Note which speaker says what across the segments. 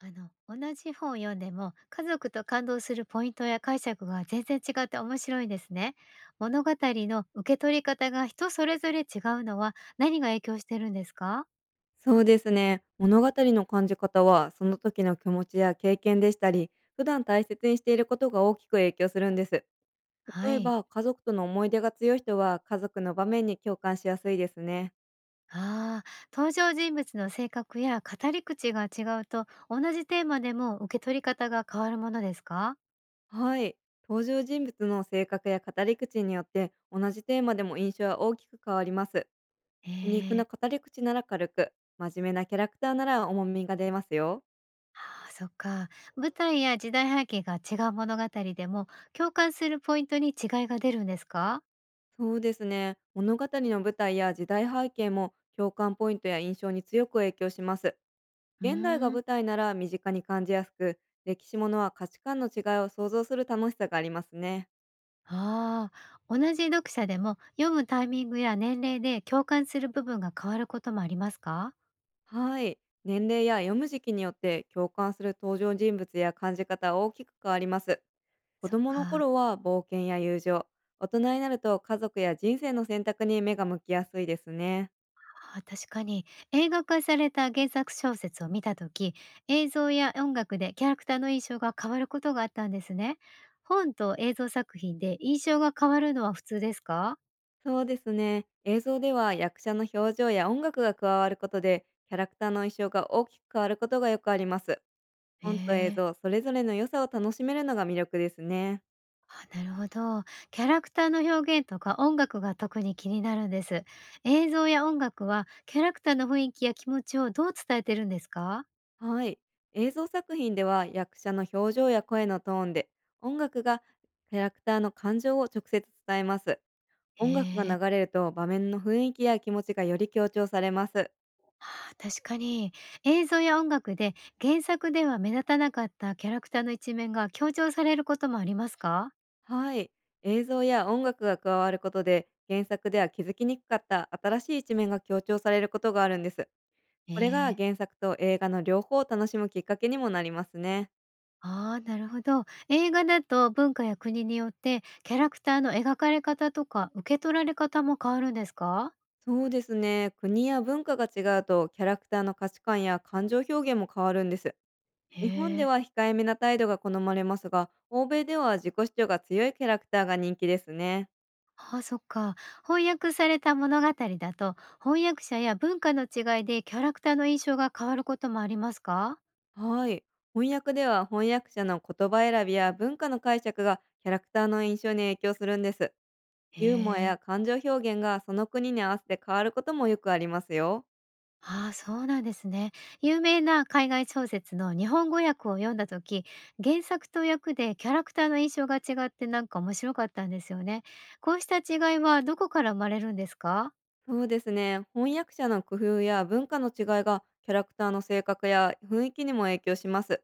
Speaker 1: あの、同じ本を読んでも、家族と感動するポイントや解釈が全然違って面白いですね。物語の受け取り方が人それぞれ違うのは何が影響してるんですか？
Speaker 2: そうですね。物語の感じ方は、その時の気持ちや経験でしたり、普段大切にしていることが大きく影響するんです。
Speaker 1: は
Speaker 2: 例え
Speaker 1: い。
Speaker 2: ば、家族との思い出が強い人は、家族の場面に共感しやすいですね。
Speaker 1: ああ、登場人物の性格や語り口が違うと、同じテーマでも受け取り方が変わるものですか？
Speaker 2: はい。登場人物の性格や語り口によって、同じテーマでも印象は大きく変わります。皮肉
Speaker 1: え
Speaker 2: な
Speaker 1: え。
Speaker 2: 語り口なら軽く、真面目なキャラクターなら重みが出ますよ。
Speaker 1: ああー、そっか。舞台や時代背景が違う物語でも、共感するポイントに違いが出るんですか？
Speaker 2: そうですね。物語の舞台や時代背景も、共感ポイントや印象に強く影響します。
Speaker 1: う
Speaker 2: 現代が
Speaker 1: ーん。
Speaker 2: 舞台なら身近に感じやすく、歴史ものは価値観の違いを想像する楽しさがありますね。
Speaker 1: ああ、同じ読者でも読むタイミングや年齢で共感する部分が変わることもありますか？
Speaker 2: はい。年齢や読む時期によって共感する登場人物や感じ方は大きく変わります。子
Speaker 1: そっ
Speaker 2: 供の
Speaker 1: か。
Speaker 2: 頃は冒険や友情、大人になると家族や人生の選択に目が向きやすいですね。
Speaker 1: あー、確かに。映画化された原作小説を見た時、映像や音楽でキャラクターの印象が変わることがあったんですね。本と映像作品で印象が変わるのは普通ですか？
Speaker 2: そうですね。映像では役者の表情や音楽が加わることで、キャラクターの印象が大きく変わることがよくあります。
Speaker 1: え
Speaker 2: 本と映
Speaker 1: え。
Speaker 2: 像、それぞれの良さを楽しめるのが魅力ですね。
Speaker 1: あ、なるほど。キャラクターの表現とか音楽が特に気になるんです。映像や音楽はキャラクターの雰囲気や気持ちをどう伝えてるんですか？
Speaker 2: はい。映像作品では役者の表情や声のトーンで、音楽がキャラクターの感情を直接伝えます。
Speaker 1: へ
Speaker 2: 音楽が
Speaker 1: え、
Speaker 2: 流れると場面の雰囲気や気持ちがより強調されます。
Speaker 1: あー確かに、映像や音楽で原作では目立たなかったキャラクターの一面が強調されることもありますか？
Speaker 2: はい。映像や音楽が加わることで、原作では気づきにくかった新しい一面が強調されることがあるんです。
Speaker 1: え
Speaker 2: これが
Speaker 1: え、
Speaker 2: 原作と映画の両方を楽しむきっかけにもなりますね。
Speaker 1: ああ、なるほど。映画だと文化や国によってキャラクターの描かれ方とか受け取られ方も変わるんですか？
Speaker 2: そうですね。国や文化が違うと、キャラクターの価値観や感情表現も変わるんです。
Speaker 1: へ
Speaker 2: 日本で
Speaker 1: え、
Speaker 2: は控えめな態度が好まれますが、欧米では自己主張が強いキャラクターが人気ですね。
Speaker 1: あーそっか。翻訳された物語だと翻訳者や文化の違いでキャラクターの印象が変わることもありますか？
Speaker 2: はい。翻訳では翻訳者の言葉選びや文化の解釈がキャラクターの印象に影響するんです。
Speaker 1: へ
Speaker 2: ユーモア
Speaker 1: え。
Speaker 2: や感情表現がその国に合わせて変わることもよくありますよ。
Speaker 1: ああ、そうなんですね。有名な海外小説の日本語訳を読んだ時、原作と訳でキャラクターの印象が違ってなんか面白かったんですよね。こうした違いはどこから生まれるんですか？
Speaker 2: そうですね。翻訳者の工夫や文化の違いがキャラクターの性格や雰囲気にも影響します。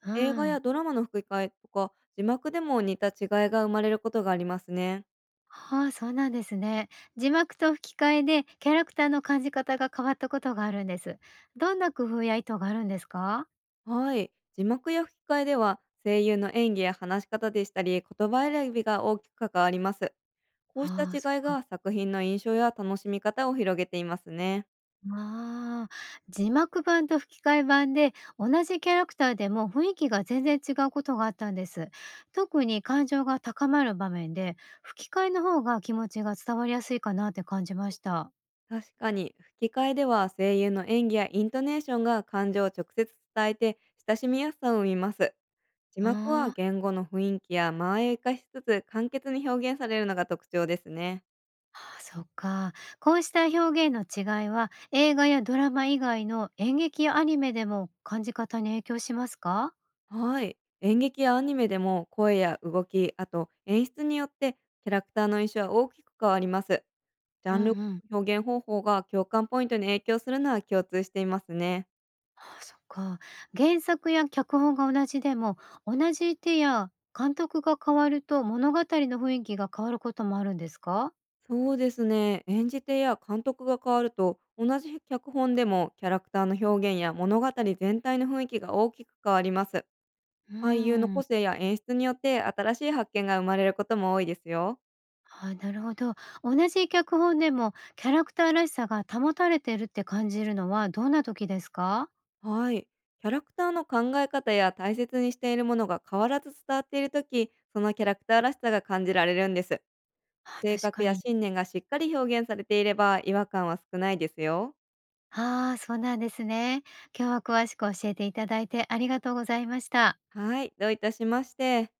Speaker 1: う
Speaker 2: 映画
Speaker 1: ん。
Speaker 2: やドラマの吹き替えとか字幕でも似た違いが生まれることがありますね。
Speaker 1: ああ、そうなんですね。字幕と吹き替えでキャラクターの感じ方が変わったことがあるんです。どんな工夫や意図があるんですか？
Speaker 2: はい。字幕や吹き替えでは、声優の演技や話し方でしたり、言葉選びが大きく関わります。こうした
Speaker 1: ああ、そっ
Speaker 2: 違い
Speaker 1: か。
Speaker 2: が作品の印象や楽しみ方を広げていますね。
Speaker 1: ああ、字幕版と吹き替え版で同じキャラクターでも雰囲気が全然違うことがあったんです。特に感情が高まる場面で吹き替えの方が気持ちが伝わりやすいかなって感じました。
Speaker 2: 確かに、吹き替えでは声優の演技やイントネーションが感情を直接伝えて、親しみやすさを生みます。字
Speaker 1: あ
Speaker 2: 幕は
Speaker 1: ー
Speaker 2: 言語の雰囲気や間合いを生かしつつ、簡潔に表現されるのが特徴ですね。
Speaker 1: あー、そっか。こうした表現の違いは映画やドラマ以外の演劇やアニメでも感じ方に影響しますか？
Speaker 2: はい。演劇やアニメでも声や動き、あと演出によってキャラクターの印象は大きく変わります。ジャ
Speaker 1: う
Speaker 2: ンル、
Speaker 1: んうん。
Speaker 2: 表現方法が共感ポイントに影響するのは共通していますね。
Speaker 1: あ、そっか。原作や脚本が同じでも、同じ手や監督が変わると物語の雰囲気が変わることもあるんですか？
Speaker 2: そうですね。演じ手や監督が変わると、同じ脚本でもキャラクターの表現や物語全体の雰囲気が大きく変わります。
Speaker 1: うー
Speaker 2: 俳優の
Speaker 1: ん。
Speaker 2: 個性や演出によって新しい発見が生まれることも多いですよ。
Speaker 1: あ、なるほど。同じ脚本でもキャラクターらしさが保たれてるって感じるのはどんな時ですか？
Speaker 2: はい。キャラクターの考え方や大切にしているものが変わらず伝わっているとき、そのキャラクターらしさが感じられるんです。
Speaker 1: あ、
Speaker 2: 性
Speaker 1: 確
Speaker 2: 格
Speaker 1: か
Speaker 2: や
Speaker 1: に。
Speaker 2: 信念がしっかり表現されていれば違和感は少ないですよ。
Speaker 1: ああ、そうなんですね。今日は詳しく教えていただいてありがとうございました。
Speaker 2: はい。どういたしまして。